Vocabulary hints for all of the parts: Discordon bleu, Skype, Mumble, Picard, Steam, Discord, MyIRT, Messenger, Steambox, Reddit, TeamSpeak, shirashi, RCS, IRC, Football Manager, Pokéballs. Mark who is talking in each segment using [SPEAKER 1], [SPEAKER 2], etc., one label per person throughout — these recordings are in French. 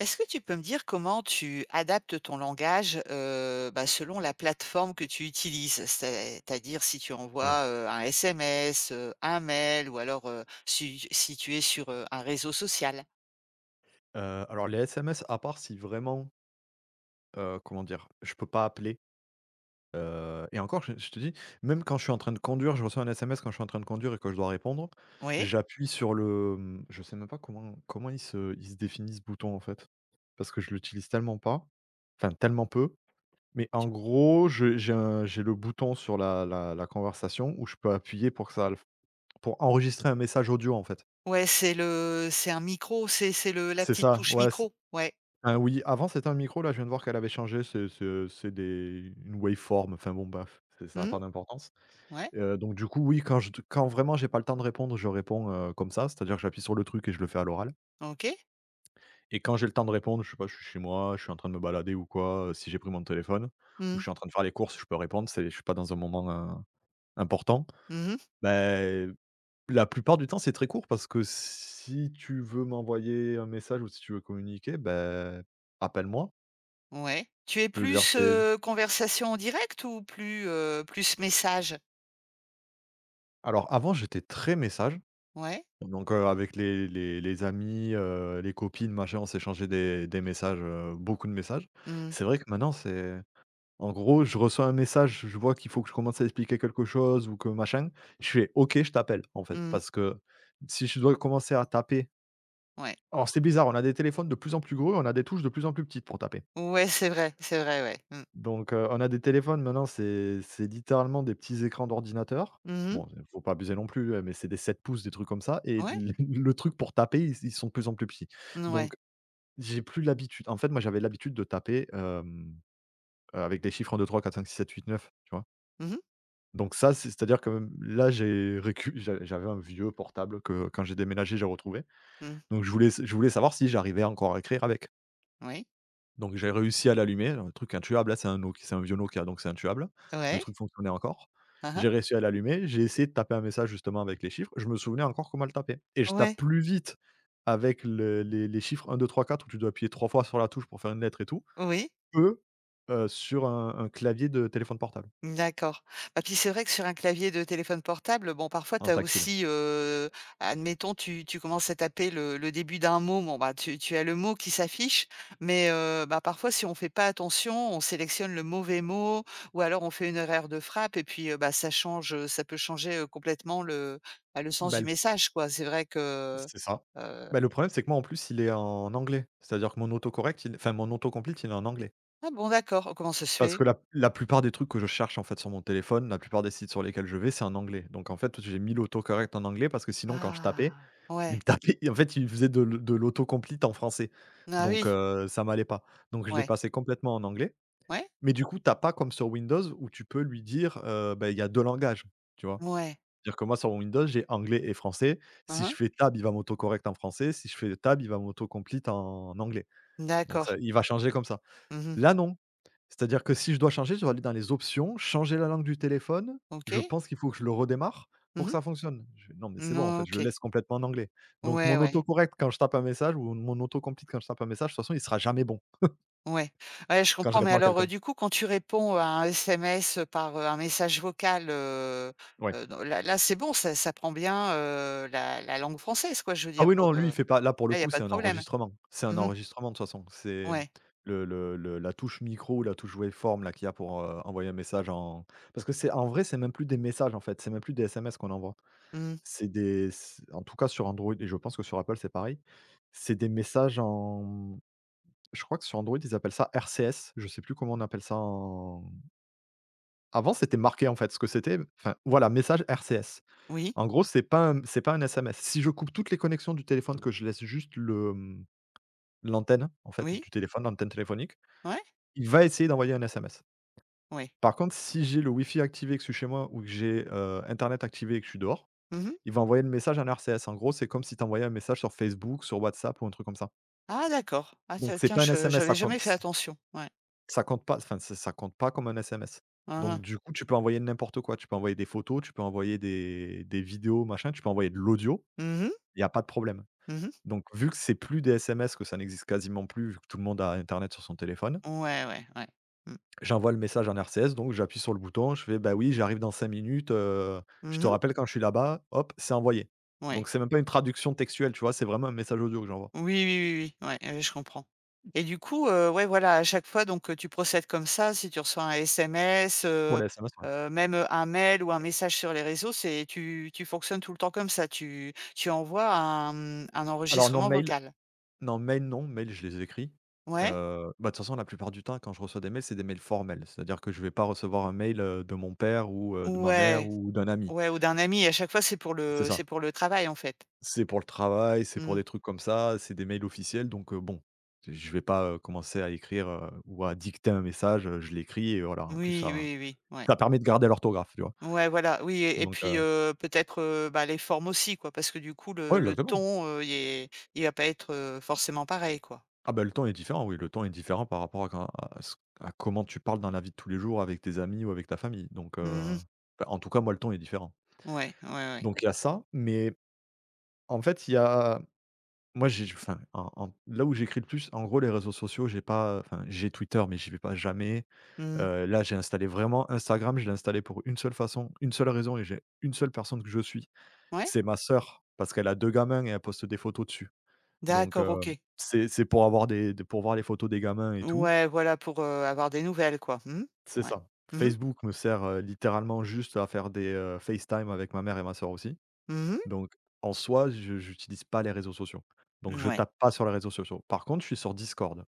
[SPEAKER 1] Est-ce que tu peux me dire comment tu adaptes ton langage, bah, selon la plateforme que tu utilises? C'est-à-dire si tu
[SPEAKER 2] Ouais.
[SPEAKER 1] envoies, un SMS, un mail ou alors, si tu es sur, un réseau social?
[SPEAKER 2] Alors les SMS, à part si vraiment, comment dire? Je peux pas appeler, et encore, je te dis, même quand je suis en train de conduire, je reçois un SMS quand je suis en train de conduire et que je dois répondre,
[SPEAKER 1] Oui.
[SPEAKER 2] j'appuie sur le, je sais même pas comment il se définit ce bouton, en fait? Parce que je l'utilise tellement pas, enfin tellement peu, mais
[SPEAKER 1] Tu
[SPEAKER 2] en gros, je j'ai un j'ai le bouton sur la conversation où je peux appuyer pour que ça le pour enregistrer un message audio, en fait.
[SPEAKER 1] ouais, c'est le c'est un micro, c'est le la
[SPEAKER 2] C'est
[SPEAKER 1] petite
[SPEAKER 2] ça,
[SPEAKER 1] touche
[SPEAKER 2] ouais.
[SPEAKER 1] micro, ouais.
[SPEAKER 2] Ah oui, avant c'était un micro, là je viens de voir qu'elle avait changé, c'est des une waveform, enfin bon bref, c'est ça a
[SPEAKER 1] Mmh,
[SPEAKER 2] pas d'importance.
[SPEAKER 1] ouais,
[SPEAKER 2] Donc du coup oui, quand vraiment j'ai pas le temps de répondre, je réponds, comme ça, c'est-à-dire que j'appuie sur le truc et je le fais à l'oral.
[SPEAKER 1] OK.
[SPEAKER 2] Et quand j'ai le temps de répondre, je sais pas, je suis chez moi, je suis en train de me balader ou quoi, si j'ai pris mon téléphone ou
[SPEAKER 1] Mmh.
[SPEAKER 2] je suis en train de faire les courses, je peux répondre, c'est je suis pas dans un moment, important.
[SPEAKER 1] Mmh.
[SPEAKER 2] Beh, la plupart du temps c'est très court parce que si tu veux m'envoyer un message ou si tu veux communiquer, beh, appelle-moi.
[SPEAKER 1] Ouais. Tu es
[SPEAKER 2] Je veux dire
[SPEAKER 1] plus,
[SPEAKER 2] c'est
[SPEAKER 1] conversation en direct ou plus message?
[SPEAKER 2] Alors avant, j'étais très message,
[SPEAKER 1] Ouais.
[SPEAKER 2] donc avec les amis, les copines, machin, on s'échangeait des messages, beaucoup de messages.
[SPEAKER 1] Mmh.
[SPEAKER 2] C'est vrai que maintenant, c'est en gros, je reçois un message, je vois qu'il faut que je commence à expliquer quelque chose ou que machin, je fais: «OK, je t'appelle», en fait,
[SPEAKER 1] Mmh.
[SPEAKER 2] parce que si je dois commencer à taper
[SPEAKER 1] Ouais.
[SPEAKER 2] alors c'est bizarre, on a des téléphones de plus en plus gros, on a des touches de plus en plus petites pour taper.
[SPEAKER 1] Ouais, c'est vrai, ouais. Mmh.
[SPEAKER 2] Donc on a des téléphones maintenant, c'est littéralement des petits écrans d'ordinateur.
[SPEAKER 1] Mmh.
[SPEAKER 2] Bon, il faut pas abuser non plus, mais c'est des 7 pouces, des trucs comme ça et
[SPEAKER 1] Ouais.
[SPEAKER 2] l le truc pour taper, ils sont de plus en plus petits.
[SPEAKER 1] N ouais.
[SPEAKER 2] Donc j'ai plus l'habitude en fait, moi, j'avais l'habitude de taper, avec des chiffres un, deux, trois, quatre, cinq, six, sept, huit, neuf. Tu vois?
[SPEAKER 1] Mmh mh.
[SPEAKER 2] Donc ça, c'est-à-dire que là, j'ai récu j'a j'avais un vieux portable que quand j'ai déménagé, j'ai retrouvé.
[SPEAKER 1] Mmh.
[SPEAKER 2] Donc je voulais savoir si j'arrivais encore à écrire avec.
[SPEAKER 1] Oui.
[SPEAKER 2] Donc j'ai réussi à l'allumer, un truc intuable, là, c'est un vieux Nokia, donc c'est intuable. Le
[SPEAKER 1] Ouais.
[SPEAKER 2] truc fonctionnait encore.
[SPEAKER 1] Hein hein.
[SPEAKER 2] J'ai réussi à l'allumer, j'ai essayé de taper un message justement avec les chiffres, je me souvenais encore comment le taper et je tape
[SPEAKER 1] Ouais.
[SPEAKER 2] plus vite avec le les chiffres un deux trois quatre où tu dois appuyer 3 fois sur la touche pour faire une lettre et tout,
[SPEAKER 1] Oui.
[SPEAKER 2] que, sur un clavier de téléphone portable,
[SPEAKER 1] D'accord. Bah, puis c'est vrai que sur un clavier de téléphone portable, bon, parfois, tu
[SPEAKER 2] en
[SPEAKER 1] as
[SPEAKER 2] tactile.
[SPEAKER 1] aussi, admettons, tu commences à taper le début d'un mot, bon, bah, tu as le mot qui s'affiche, mais bah, parfois, si on fait pas attention, on sélectionne le mauvais mot ou alors on fait une erreur de frappe et puis, bah, ça change, ça peut changer, complètement le, bah, le sens
[SPEAKER 2] Bah,
[SPEAKER 1] du
[SPEAKER 2] le
[SPEAKER 1] message, quoi.
[SPEAKER 2] C'est ça.
[SPEAKER 1] Heu
[SPEAKER 2] Bah, le problème, c'est que moi, en plus, il est en anglais. C'est-à-dire que mon autocorrect, il enfin mon autocomplete, il est en anglais.
[SPEAKER 1] Ah bon d'accord, oh, comment ça se
[SPEAKER 2] Parce
[SPEAKER 1] fait?
[SPEAKER 2] que la plupart des trucs que je cherche, en fait, sur mon téléphone, la plupart des sites sur lesquels je vais, c'est en anglais. Donc en fait, j'ai mis l'autocorrect en anglais parce que sinon quand je tapais,
[SPEAKER 1] Ah
[SPEAKER 2] il me
[SPEAKER 1] ouais,
[SPEAKER 2] tapait en fait, il faisait de l'auto-complete en français.
[SPEAKER 1] ah oui,
[SPEAKER 2] Donc ça m'allait pas. Donc je l'ai
[SPEAKER 1] ouais,
[SPEAKER 2] passé complètement en anglais.
[SPEAKER 1] ouais,
[SPEAKER 2] Mais du coup, t'as pas comme sur Windows où tu peux lui dire, bah, il y a 2 langages, tu vois?
[SPEAKER 1] ouais,
[SPEAKER 2] C'est-à-dire que moi, sur Windows, j'ai anglais et français.
[SPEAKER 1] hein
[SPEAKER 2] Si je
[SPEAKER 1] hein.
[SPEAKER 2] fais tab, il va m'autocorrect en français. Si je fais tab, il va mauto en anglais. Donc
[SPEAKER 1] D'accord.
[SPEAKER 2] ça il va changer comme ça.
[SPEAKER 1] Mmh.
[SPEAKER 2] Là non. C'est-à-dire que si je dois changer, je dois aller dans les options, changer la langue du téléphone. Je
[SPEAKER 1] OK.
[SPEAKER 2] pense qu'il faut que je le redémarre
[SPEAKER 1] Mmh
[SPEAKER 2] pour que
[SPEAKER 1] mh.
[SPEAKER 2] ça fonctionne. Je fais: «Non mais c'est bon en fait, je le
[SPEAKER 1] OK.
[SPEAKER 2] laisse complètement en anglais». Donc
[SPEAKER 1] Ouais,
[SPEAKER 2] mon
[SPEAKER 1] ouais,
[SPEAKER 2] autocorrect quand je tape un message ou mon autocomplete quand je tape un message, de toute façon, il sera jamais bon
[SPEAKER 1] ouais. Ouais, je
[SPEAKER 2] quand je
[SPEAKER 1] comprends mais
[SPEAKER 2] réponds à
[SPEAKER 1] alors,
[SPEAKER 2] quelqu'un.
[SPEAKER 1] du coup, quand tu réponds à un SMS, par, un message vocal,
[SPEAKER 2] Ouais.
[SPEAKER 1] dans là, c'est bon, ça prend bien, la langue française, quoi, je veux
[SPEAKER 2] Ah
[SPEAKER 1] dire
[SPEAKER 2] oui,
[SPEAKER 1] pour,
[SPEAKER 2] non, lui, il fait pas là pour le
[SPEAKER 1] là, il y a
[SPEAKER 2] coup,
[SPEAKER 1] pas
[SPEAKER 2] c'est
[SPEAKER 1] de
[SPEAKER 2] un
[SPEAKER 1] problème.
[SPEAKER 2] enregistrement. C'est un
[SPEAKER 1] Mmh.
[SPEAKER 2] enregistrement de toute façon. C'est
[SPEAKER 1] Ouais.
[SPEAKER 2] le la touche micro ou la touche waveform là qu'il y a pour, envoyer un message en parce que c'est en vrai, c'est même plus des messages en fait, c'est même plus des SMS qu'on envoie.
[SPEAKER 1] Mmh.
[SPEAKER 2] C'est des c En tout cas sur Android et je pense que sur Apple c'est pareil, c'est des messages en je crois que sur Android ils appellent ça RCS. Je sais plus comment on appelle ça en avant c'était marqué en fait ce que c'était, enfin voilà, message RCS.
[SPEAKER 1] Oui,
[SPEAKER 2] En gros c'est pas un SMS. Si je coupe toutes les connexions du téléphone, que je laisse juste l'antenne en fait
[SPEAKER 1] oui,
[SPEAKER 2] du téléphone, l'antenne téléphonique,
[SPEAKER 1] ouais,
[SPEAKER 2] il va essayer d'envoyer un SMS.
[SPEAKER 1] oui.
[SPEAKER 2] Par contre si j'ai le Wi-Fi activé et que je suis chez moi ou que j'ai, internet activé et que je suis dehors,
[SPEAKER 1] Mmh.
[SPEAKER 2] il va envoyer le message en RCS. En gros, c'est comme si tu envoyais un message sur Facebook, sur WhatsApp ou un truc comme ça.
[SPEAKER 1] Ah d'accord. Ah
[SPEAKER 2] Donc c'est
[SPEAKER 1] tiens,
[SPEAKER 2] pas un
[SPEAKER 1] je
[SPEAKER 2] SMS,
[SPEAKER 1] j'avais jamais fait attention. Ouais.
[SPEAKER 2] ça compte pas, enfin ç ça compte pas comme un SMS.
[SPEAKER 1] Hein,
[SPEAKER 2] Donc
[SPEAKER 1] hein.
[SPEAKER 2] du coup, tu peux envoyer n'importe quoi. Tu peux envoyer des photos, tu peux envoyer des vidéos, machin, tu peux envoyer de l'audio,
[SPEAKER 1] Mmh mh.
[SPEAKER 2] il y a pas de problème.
[SPEAKER 1] Mmh.
[SPEAKER 2] Donc vu que c'est plus des SMS, que ça n'existe quasiment plus, vu que tout le monde a internet sur son téléphone,
[SPEAKER 1] Ouais, ouais, ouais. Mmh.
[SPEAKER 2] j'envoie le message en RCS, donc j'appuie sur le bouton, je fais: «Bah oui, j'arrive dans 5 minutes, je te
[SPEAKER 1] Mmh.
[SPEAKER 2] rappelle quand je suis là-bas», hop, c'est envoyé.
[SPEAKER 1] Ouais.
[SPEAKER 2] Donc c'est même pas une traduction textuelle, tu vois? C'est vraiment un message audio que j'envoie.
[SPEAKER 1] Oui, oui, oui, oui. Ouais, ouais, je comprends. Et du coup, ouais, voilà, à chaque fois donc tu procèdes comme ça. Si tu reçois un SMS,
[SPEAKER 2] Pour les SMS, ouais.
[SPEAKER 1] même, un mail ou un message sur les réseaux, c'est tu fonctionnes tout le temps comme ça? Tu envoies un,
[SPEAKER 2] Alors non,
[SPEAKER 1] enregistrement
[SPEAKER 2] mail
[SPEAKER 1] vocal?
[SPEAKER 2] non, mail non, mail je les écris.
[SPEAKER 1] Ouais?
[SPEAKER 2] Bah, de toute façon, la plupart du temps, quand je reçois des mails, c'est des mails formels. C'est-à-dire que je vais pas recevoir un mail, de mon père ou de ma mère
[SPEAKER 1] Ouais,
[SPEAKER 2] ou d'un ami.
[SPEAKER 1] ouais, ou d'un ami. À chaque fois, c'est pour
[SPEAKER 2] C'est ça.
[SPEAKER 1] le travail, en fait?
[SPEAKER 2] C'est pour le travail, c'est pour
[SPEAKER 1] Mmh.
[SPEAKER 2] des trucs comme ça, c'est des mails officiels donc bon, je vais pas, commencer à écrire, ou à dicter un message, je l'écris et voilà. En plus,
[SPEAKER 1] Oui,
[SPEAKER 2] ça
[SPEAKER 1] oui, oui, ouais.
[SPEAKER 2] ça permet de garder l'orthographe, tu vois?
[SPEAKER 1] Ouais, voilà, oui et
[SPEAKER 2] Donc
[SPEAKER 1] puis, peut-être, bah, les formes aussi quoi, parce que du coup
[SPEAKER 2] ouais,
[SPEAKER 1] le
[SPEAKER 2] exactement.
[SPEAKER 1] ton, il va pas être, forcément pareil quoi.
[SPEAKER 2] Ah bah, le temps est différent, oui, le temps est différent par rapport à quand à ce à comment tu parles dans la vie de tous les jours avec tes amis ou avec ta famille, donc
[SPEAKER 1] Mmh.
[SPEAKER 2] enfin, en tout cas, moi, le temps est différent.
[SPEAKER 1] Ouais, ouais, ouais.
[SPEAKER 2] Donc il y a ça, mais en fait, il y a moi, j'ai enfin, en en là où j'écris le plus, en gros, les réseaux sociaux, j'ai pas enfin, j'ai Twitter, mais j'y vais pas jamais.
[SPEAKER 1] Mmh.
[SPEAKER 2] Là, j'ai installé vraiment Instagram, je l'ai installé pour une seule façon, une seule raison et j'ai une seule personne que je suis,
[SPEAKER 1] Ouais?
[SPEAKER 2] c'est ma sœur, parce qu'elle a 2 gamins et elle poste des photos dessus. Donc
[SPEAKER 1] D'accord, OK.
[SPEAKER 2] c'est pour voir les photos des gamins et tout.
[SPEAKER 1] Ouais, voilà pour, avoir des nouvelles quoi. Mmh.
[SPEAKER 2] C'est
[SPEAKER 1] Ouais.
[SPEAKER 2] ça.
[SPEAKER 1] Mmh mh.
[SPEAKER 2] Facebook me sert, littéralement juste à faire des, FaceTime avec ma mère et ma sœur aussi.
[SPEAKER 1] Mmh.
[SPEAKER 2] Donc en soi, je n'utilise pas les réseaux sociaux. Donc je
[SPEAKER 1] Ouais.
[SPEAKER 2] tape pas sur les réseaux sociaux. Par contre, je suis sur Discord.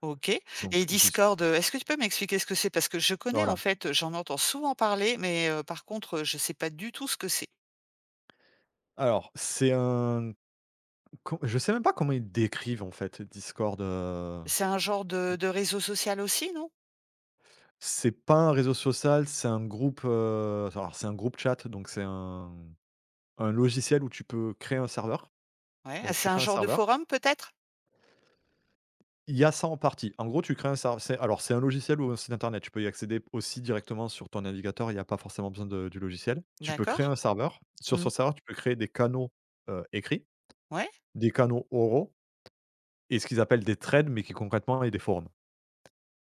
[SPEAKER 1] OK et
[SPEAKER 2] Donc Dis
[SPEAKER 1] Discord, est-ce que tu peux m'expliquer ce que c'est? Parce que je connais en
[SPEAKER 2] voilà.
[SPEAKER 1] fait, j'en entends souvent parler mais par contre, je sais pas du tout ce que c'est.
[SPEAKER 2] Alors c'est un co je sais même pas comment ils décrivent en fait Discord,
[SPEAKER 1] C'est un genre de réseau social aussi, non?
[SPEAKER 2] c'est pas un réseau social, c'est un groupe, alors c'est un groupe chat, donc c'est un logiciel où tu peux créer un serveur.
[SPEAKER 1] Ouais, ah
[SPEAKER 2] Donc
[SPEAKER 1] c'est
[SPEAKER 2] tu
[SPEAKER 1] un
[SPEAKER 2] crées un
[SPEAKER 1] genre de
[SPEAKER 2] serveur.
[SPEAKER 1] forum peut-être?
[SPEAKER 2] Il y a ça en partie. En gros, tu crées un serv alors c'est un logiciel ou un site internet. Tu peux y accéder aussi directement sur ton navigateur, il n'y a pas forcément besoin de du logiciel. Tu peux créer
[SPEAKER 1] D'accord.
[SPEAKER 2] un serveur. Sur
[SPEAKER 1] Mmh.
[SPEAKER 2] ce serveur, tu peux créer des canaux, écrits,
[SPEAKER 1] Ouais,
[SPEAKER 2] des canaux oraux et ce qu'ils appellent des threads, mais qui concrètement est des forums.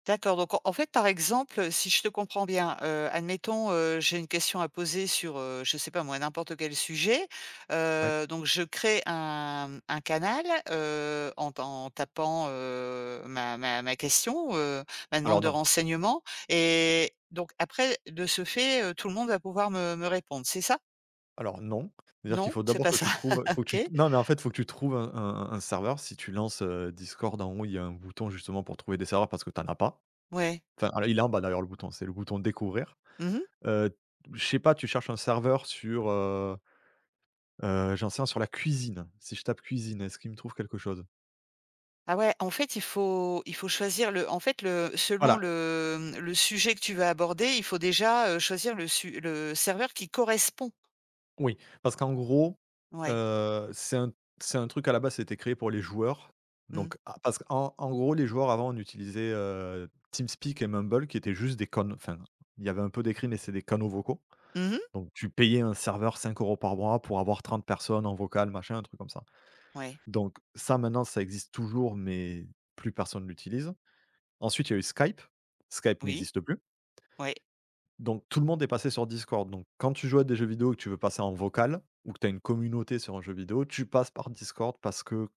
[SPEAKER 1] d'accord, donc en fait, par exemple, si je te comprends bien, admettons, j'ai une question à poser sur, je sais pas moi, n'importe quel sujet,
[SPEAKER 2] Ouais.
[SPEAKER 1] donc je crée un canal, en tapant, ma question, ma demande
[SPEAKER 2] Alors
[SPEAKER 1] de
[SPEAKER 2] non,
[SPEAKER 1] renseignement et donc après, de ce fait, tout le monde va pouvoir me répondre, c'est ça?
[SPEAKER 2] alors non. C'est-à-dire qu'il
[SPEAKER 1] Non?
[SPEAKER 2] faut
[SPEAKER 1] C'est
[SPEAKER 2] d'abord
[SPEAKER 1] pas
[SPEAKER 2] que
[SPEAKER 1] ça?
[SPEAKER 2] tu trouves, faut que tu
[SPEAKER 1] OK.
[SPEAKER 2] non, mais en fait, il faut que tu trouves un serveur. Si tu lances, Discord, en haut, il y a un bouton justement pour trouver des serveurs parce que tu en as pas.
[SPEAKER 1] Ouais.
[SPEAKER 2] Enfin, alors il est en bas d'ailleurs le bouton, c'est le bouton découvrir.
[SPEAKER 1] Mmh.
[SPEAKER 2] Heu, je sais pas, tu cherches un serveur sur, j'en sais rien, sur la cuisine. Si je tape cuisine, est-ce qu'il me trouve quelque chose?
[SPEAKER 1] Ah ouais, en fait, il faut choisir le en fait, le selon
[SPEAKER 2] Voilà,
[SPEAKER 1] le sujet que tu vas aborder, il faut déjà, choisir le serveur qui correspond.
[SPEAKER 2] oui, parce qu'en gros,
[SPEAKER 1] Ouais.
[SPEAKER 2] heu, c'est un c'est un truc à la base, c'était créé pour les joueurs.
[SPEAKER 1] Mmh.
[SPEAKER 2] Donc ah, parce qu'en en gros, les joueurs avant, on utilisait, TeamSpeak et Mumble qui étaient juste des connes enfin, il y avait un peu d'écrit, mais c'est des canaux vocaux.
[SPEAKER 1] Mmh.
[SPEAKER 2] Donc tu payais un serveur 5 € par mois pour avoir 30 personnes en vocal, machin, un truc comme ça.
[SPEAKER 1] Ouais.
[SPEAKER 2] Donc ça, maintenant, ça existe toujours, mais plus personne l'utilise. Ensuite, il y a eu Skype. Skype
[SPEAKER 1] Oui.
[SPEAKER 2] n'existe plus.
[SPEAKER 1] Ouais.
[SPEAKER 2] Donc, tout le monde est passé sur Discord. Donc, quand tu joues à des jeux vidéo et que tu veux passer en vocal ou que tu as une communauté sur un jeu vidéo, tu passes par Discord parce que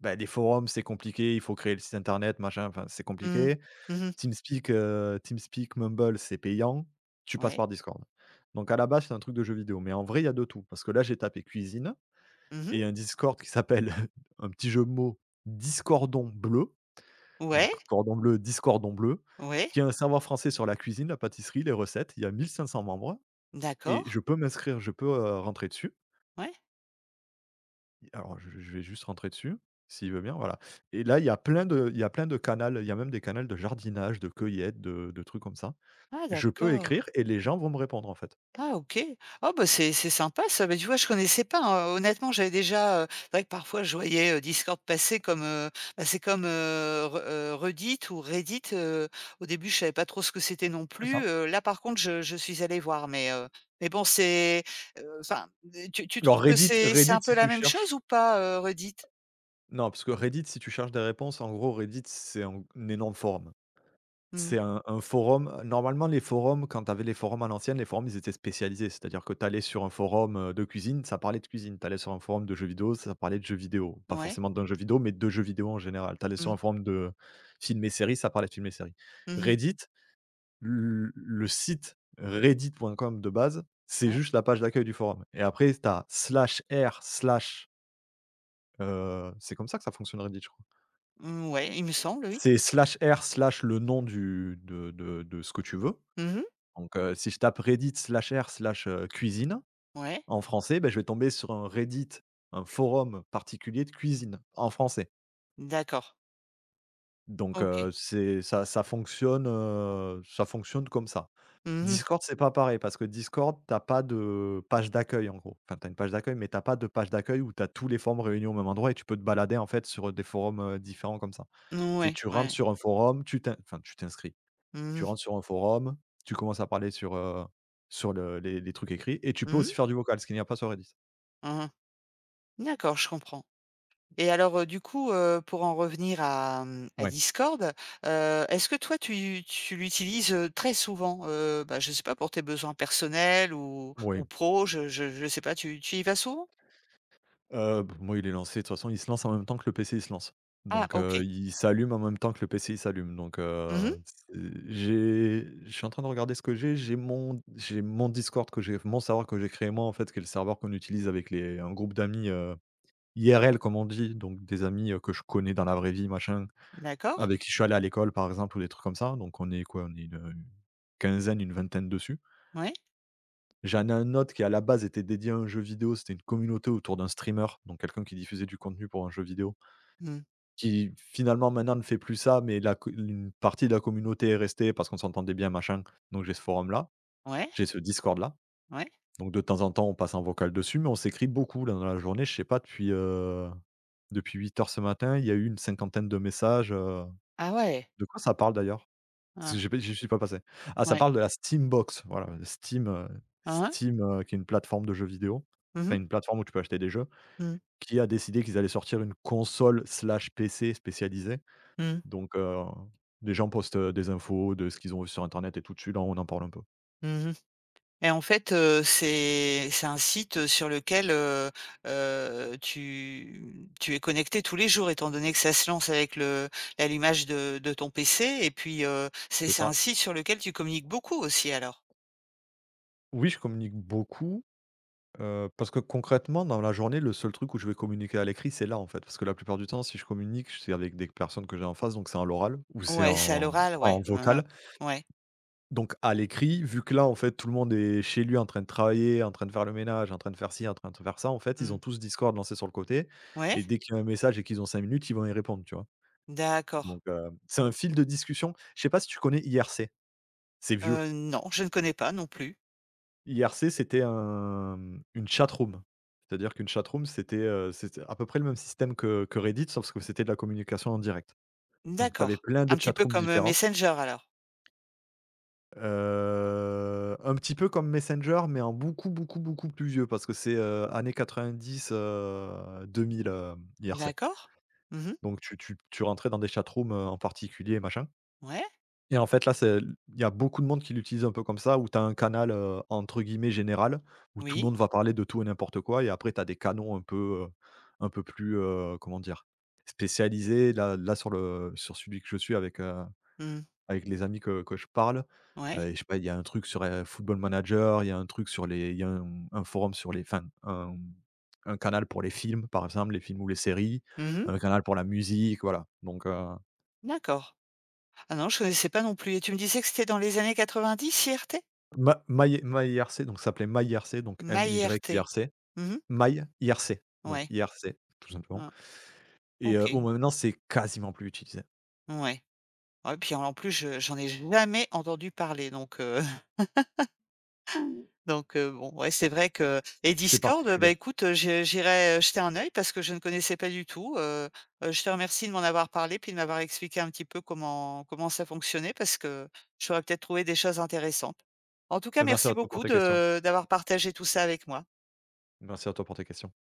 [SPEAKER 2] bah, les forums, c'est compliqué. Il faut créer le site internet, machin, enfin, c'est
[SPEAKER 1] Mmh.
[SPEAKER 2] compliqué.
[SPEAKER 1] Mmh.
[SPEAKER 2] TeamSpeak, Mumble, c'est payant. Tu passes
[SPEAKER 1] Ouais.
[SPEAKER 2] par Discord. Donc, à la base, c'est un truc de jeu vidéo. Mais en vrai, il y a de tout. Parce que là, j'ai tapé cuisine
[SPEAKER 1] Mmh.
[SPEAKER 2] et il y a un Discord qui s'appelle, un petit jeu de mots, Discordon bleu,
[SPEAKER 1] Ouais.
[SPEAKER 2] donc cordon bleu, 10 cordons bleus,
[SPEAKER 1] Ouais.
[SPEAKER 2] qui a un savoir français sur la cuisine, la pâtisserie, les recettes. Il y a 1 500 membres et
[SPEAKER 1] D'accord.
[SPEAKER 2] je peux m'inscrire, je peux, rentrer dessus.
[SPEAKER 1] Ouais.
[SPEAKER 2] Alors je vais juste rentrer dessus, s'il veut bien, voilà. Et là, il y a plein de il y a plein de canals, il y a même des canals de jardinage, de cueillette, de trucs comme ça.
[SPEAKER 1] Ah
[SPEAKER 2] Je peux
[SPEAKER 1] d'accord.
[SPEAKER 2] écrire et les gens vont me répondre, en fait.
[SPEAKER 1] Ah OK. Ah bah, c'est sympa ça. Bah, tu vois, je connaissais pas, honnêtement, j'avais déjà, c'est vrai que parfois je voyais, Discord passer comme, bah, c'est comme, Re Reddit, au début, je savais pas trop ce que c'était non
[SPEAKER 2] C'est
[SPEAKER 1] plus,
[SPEAKER 2] ça.
[SPEAKER 1] là par contre, je suis allée voir mais bon c'est, enfin, tu trouves
[SPEAKER 2] Alors
[SPEAKER 1] que
[SPEAKER 2] Reddit
[SPEAKER 1] c'est
[SPEAKER 2] Reddit,
[SPEAKER 1] un peu
[SPEAKER 2] si
[SPEAKER 1] la
[SPEAKER 2] tu
[SPEAKER 1] même
[SPEAKER 2] cherches
[SPEAKER 1] chose ou pas, Reddit?
[SPEAKER 2] non, parce que Reddit, si tu cherches des réponses, en gros, Reddit, c'est un énorme forum.
[SPEAKER 1] Mmh.
[SPEAKER 2] C'est un forum. Normalement, les forums, quand tu avais les forums à l'ancienne, les forums, ils étaient spécialisés. C'est-à-dire que tu allais sur un forum, de cuisine, ça parlait de cuisine. Tu allais sur un forum de jeux vidéo, ça parlait de jeux vidéo. Pas
[SPEAKER 1] Ouais.
[SPEAKER 2] forcément d'un jeu vidéo, mais de jeux vidéo en général. Tu allais
[SPEAKER 1] Mmh.
[SPEAKER 2] sur un forum de films et séries, ça parlait de films et séries.
[SPEAKER 1] Mmh.
[SPEAKER 2] Reddit, le site reddit.com de base, c'est
[SPEAKER 1] Ouais.
[SPEAKER 2] juste la page d'accueil du forum et après tu as slash r slash, c'est comme ça que ça fonctionne Reddit, je crois.
[SPEAKER 1] Mmh, ouais, il me semble, oui.
[SPEAKER 2] C'est slash r slash le nom du de ce que tu veux.
[SPEAKER 1] Mmh.
[SPEAKER 2] Donc, si je tape Reddit slash r slash, cuisine
[SPEAKER 1] Ouais.
[SPEAKER 2] en français, ben je vais tomber sur un Reddit, un forum particulier de cuisine en français.
[SPEAKER 1] D'accord.
[SPEAKER 2] Donc,
[SPEAKER 1] OK.
[SPEAKER 2] c'est ça fonctionne comme ça.
[SPEAKER 1] Mmh.
[SPEAKER 2] Discord, c'est pas pareil parce que Discord, t'as pas de page d'accueil en gros. Enfin, t'as une page d'accueil, mais t'as pas de page d'accueil où t'as tous les forums réunis au même endroit et tu peux te balader en fait sur des forums, différents comme ça. C'est
[SPEAKER 1] Ouais.
[SPEAKER 2] tu rentres
[SPEAKER 1] Ouais.
[SPEAKER 2] sur un forum, tu t'inscris.
[SPEAKER 1] Mmh
[SPEAKER 2] Tu
[SPEAKER 1] mh.
[SPEAKER 2] rentres sur un forum, tu commences à parler sur le les trucs écrits et tu peux
[SPEAKER 1] Mmh.
[SPEAKER 2] aussi faire du vocal, ce qu'il n'y a pas sur Reddit.
[SPEAKER 1] Mmh mh. D'accord, je comprends et alors, du coup, pour en revenir à,
[SPEAKER 2] Ouais,
[SPEAKER 1] Discord, est-ce que toi tu l'utilises, très souvent? Bah, je sais pas pour tes besoins personnels ou
[SPEAKER 2] oui.
[SPEAKER 1] pro, je sais pas, tu y vas souvent?
[SPEAKER 2] Moi, il est lancé, de toute façon, il se lance en même temps que le PC, il se lance.
[SPEAKER 1] Ah
[SPEAKER 2] Donc
[SPEAKER 1] OK.
[SPEAKER 2] il s'allume en même temps que le PC, il s'allume. Donc
[SPEAKER 1] Mmh.
[SPEAKER 2] c'est j'ai je suis en train de regarder ce que j'ai. J'ai mon Discord que J'ai mon serveur que j'ai créé moi, en fait, qui est le serveur qu'on utilise avec les un groupe d'amis, IRL, comme on dit, donc des amis, que je connais dans la vraie vie, machin.
[SPEAKER 1] D'accord.
[SPEAKER 2] Avec qui je suis allé à l'école, par exemple, ou des trucs comme ça, donc on est quoi? On est une quinzaine, une vingtaine dessus.
[SPEAKER 1] Ouais.
[SPEAKER 2] J'en ai un autre qui, à la base, était dédié à un jeu vidéo, c'était une communauté autour d'un streamer, donc quelqu'un qui diffusait du contenu pour un jeu vidéo,
[SPEAKER 1] Mmh.
[SPEAKER 2] qui finalement maintenant ne fait plus ça, mais la co une partie de la communauté est restée parce qu'on s'entendait bien, machin, donc j'ai ce forum-là,
[SPEAKER 1] Ouais,
[SPEAKER 2] j'ai ce Discord-là,
[SPEAKER 1] ouais.
[SPEAKER 2] donc de temps en temps, on passe en vocal dessus, mais on s'écrit beaucoup là, dans la journée, je sais pas, depuis 8 heures ce matin, il y a eu une cinquantaine de messages.
[SPEAKER 1] Ah ouais.
[SPEAKER 2] De quoi ça parle d'ailleurs? Parce que
[SPEAKER 1] Hein.
[SPEAKER 2] j'y suis pas passé. Ah, ça
[SPEAKER 1] Ouais.
[SPEAKER 2] parle de la Steambox, voilà,
[SPEAKER 1] Hein hein.
[SPEAKER 2] Steam, qui est une plateforme de jeux vidéo,
[SPEAKER 1] Mmh mh.
[SPEAKER 2] enfin une plateforme où tu peux acheter des jeux,
[SPEAKER 1] Mmh.
[SPEAKER 2] qui a décidé qu'ils allaient sortir une console/PC slash P C spécialisée.
[SPEAKER 1] Mmh.
[SPEAKER 2] Donc, les gens postent, des infos de ce qu'ils ont vu sur internet et tout dessus, là, on en parle un peu.
[SPEAKER 1] Mmh. Et en fait, c'est un site, sur lequel, tu es connecté tous les jours étant donné que ça se lance avec le l'allumage de ton PC et puis, c'est
[SPEAKER 2] C'est
[SPEAKER 1] c'est un
[SPEAKER 2] ça.
[SPEAKER 1] site sur lequel tu communiques beaucoup aussi alors?
[SPEAKER 2] Oui, je communique beaucoup, parce que concrètement, dans la journée, le seul truc où je vais communiquer à l'écrit, c'est là, en fait. Parce que la plupart du temps, si je communique, c'est avec des personnes que j'ai en face, donc c'est en l'oral ou c'est
[SPEAKER 1] Ouais, c'est à
[SPEAKER 2] en
[SPEAKER 1] l'oral, ouais.
[SPEAKER 2] en
[SPEAKER 1] Hein,
[SPEAKER 2] vocal.
[SPEAKER 1] hein. Ouais.
[SPEAKER 2] Donc à l'écrit, vu que là, en fait, tout le monde est chez lui en train de travailler, en train de faire le ménage, en train de faire ci, en train de faire ça, en fait, ils
[SPEAKER 1] Mmh.
[SPEAKER 2] ont tous Discord lancé sur le côté
[SPEAKER 1] Ouais?
[SPEAKER 2] et dès qu'il y a un message et qu'ils ont 5 minutes, ils vont y répondre, tu vois?
[SPEAKER 1] D'accord.
[SPEAKER 2] Donc c'est un fil de discussion. Je sais pas si tu connais IRC? C'est vieux.
[SPEAKER 1] Non, je ne connais pas non plus.
[SPEAKER 2] IRC, c'était un une chatroom. C'est-à-dire qu'une chatroom, c'était, c'était à peu près le même système que Reddit, sauf que c'était de la communication en direct. Donc tu avais
[SPEAKER 1] D'accord.
[SPEAKER 2] plein de
[SPEAKER 1] Un petit peu
[SPEAKER 2] chatrooms
[SPEAKER 1] comme,
[SPEAKER 2] différentes.
[SPEAKER 1] Messenger alors?
[SPEAKER 2] Un petit peu comme Messenger, mais en beaucoup, beaucoup, beaucoup plus vieux parce que c'est, années 90, 2000, IRC.
[SPEAKER 1] D'accord. Mmh mh.
[SPEAKER 2] Donc tu rentrais dans des chatrooms, en particulier, machin.
[SPEAKER 1] Ouais.
[SPEAKER 2] Et en fait, là, c'est il y a beaucoup de monde qui l'utilise un peu comme ça, où tu as un canal, entre guillemets «général», où tout le
[SPEAKER 1] Oui.
[SPEAKER 2] monde va parler de tout et n'importe quoi et après tu as des canons un peu plus, comment dire? Spécialisés. Là là sur le sur celui que je suis avec,
[SPEAKER 1] Mmh.
[SPEAKER 2] avec les amis que je parle,
[SPEAKER 1] Ouais.
[SPEAKER 2] et je sais pas, il y a un truc sur, Football Manager, il y a un truc sur les il y a un forum sur un canal pour les films, par exemple, les films ou les séries,
[SPEAKER 1] Mmh mh.
[SPEAKER 2] un canal pour la musique, voilà. Donc
[SPEAKER 1] D'accord. Ah non, je connaissais pas non plus et tu me disais que c'était dans les années 90 IRT?
[SPEAKER 2] ma my myIRC, donc ça s'appelait myIRC, donc
[SPEAKER 1] MyIRT?
[SPEAKER 2] MYIRC,
[SPEAKER 1] Mhm, mh.
[SPEAKER 2] myIRC, donc
[SPEAKER 1] Ouais.
[SPEAKER 2] IRC, tout simplement
[SPEAKER 1] Mmh.
[SPEAKER 2] et bon,
[SPEAKER 1] OK.
[SPEAKER 2] maintenant, c'est quasiment plus utilisé.
[SPEAKER 1] Ouais. Ouais, puis en plus je j'en ai jamais entendu parler donc donc bon, ouais, c'est vrai que et
[SPEAKER 2] C'est
[SPEAKER 1] Discord, bah,
[SPEAKER 2] particulier.
[SPEAKER 1] écoute, je j'irai, jeter un œil parce que je ne connaissais pas du tout, je te remercie de m'en avoir parlé puis de m'avoir expliqué un petit peu comment ça fonctionnait parce que j'aurais peut-être trouvé des choses intéressantes. En tout cas,
[SPEAKER 2] Mais merci
[SPEAKER 1] merci
[SPEAKER 2] à toi pour
[SPEAKER 1] beaucoup
[SPEAKER 2] tes questions.
[SPEAKER 1] de d'avoir partagé tout ça avec moi.
[SPEAKER 2] Merci à toi pour tes questions.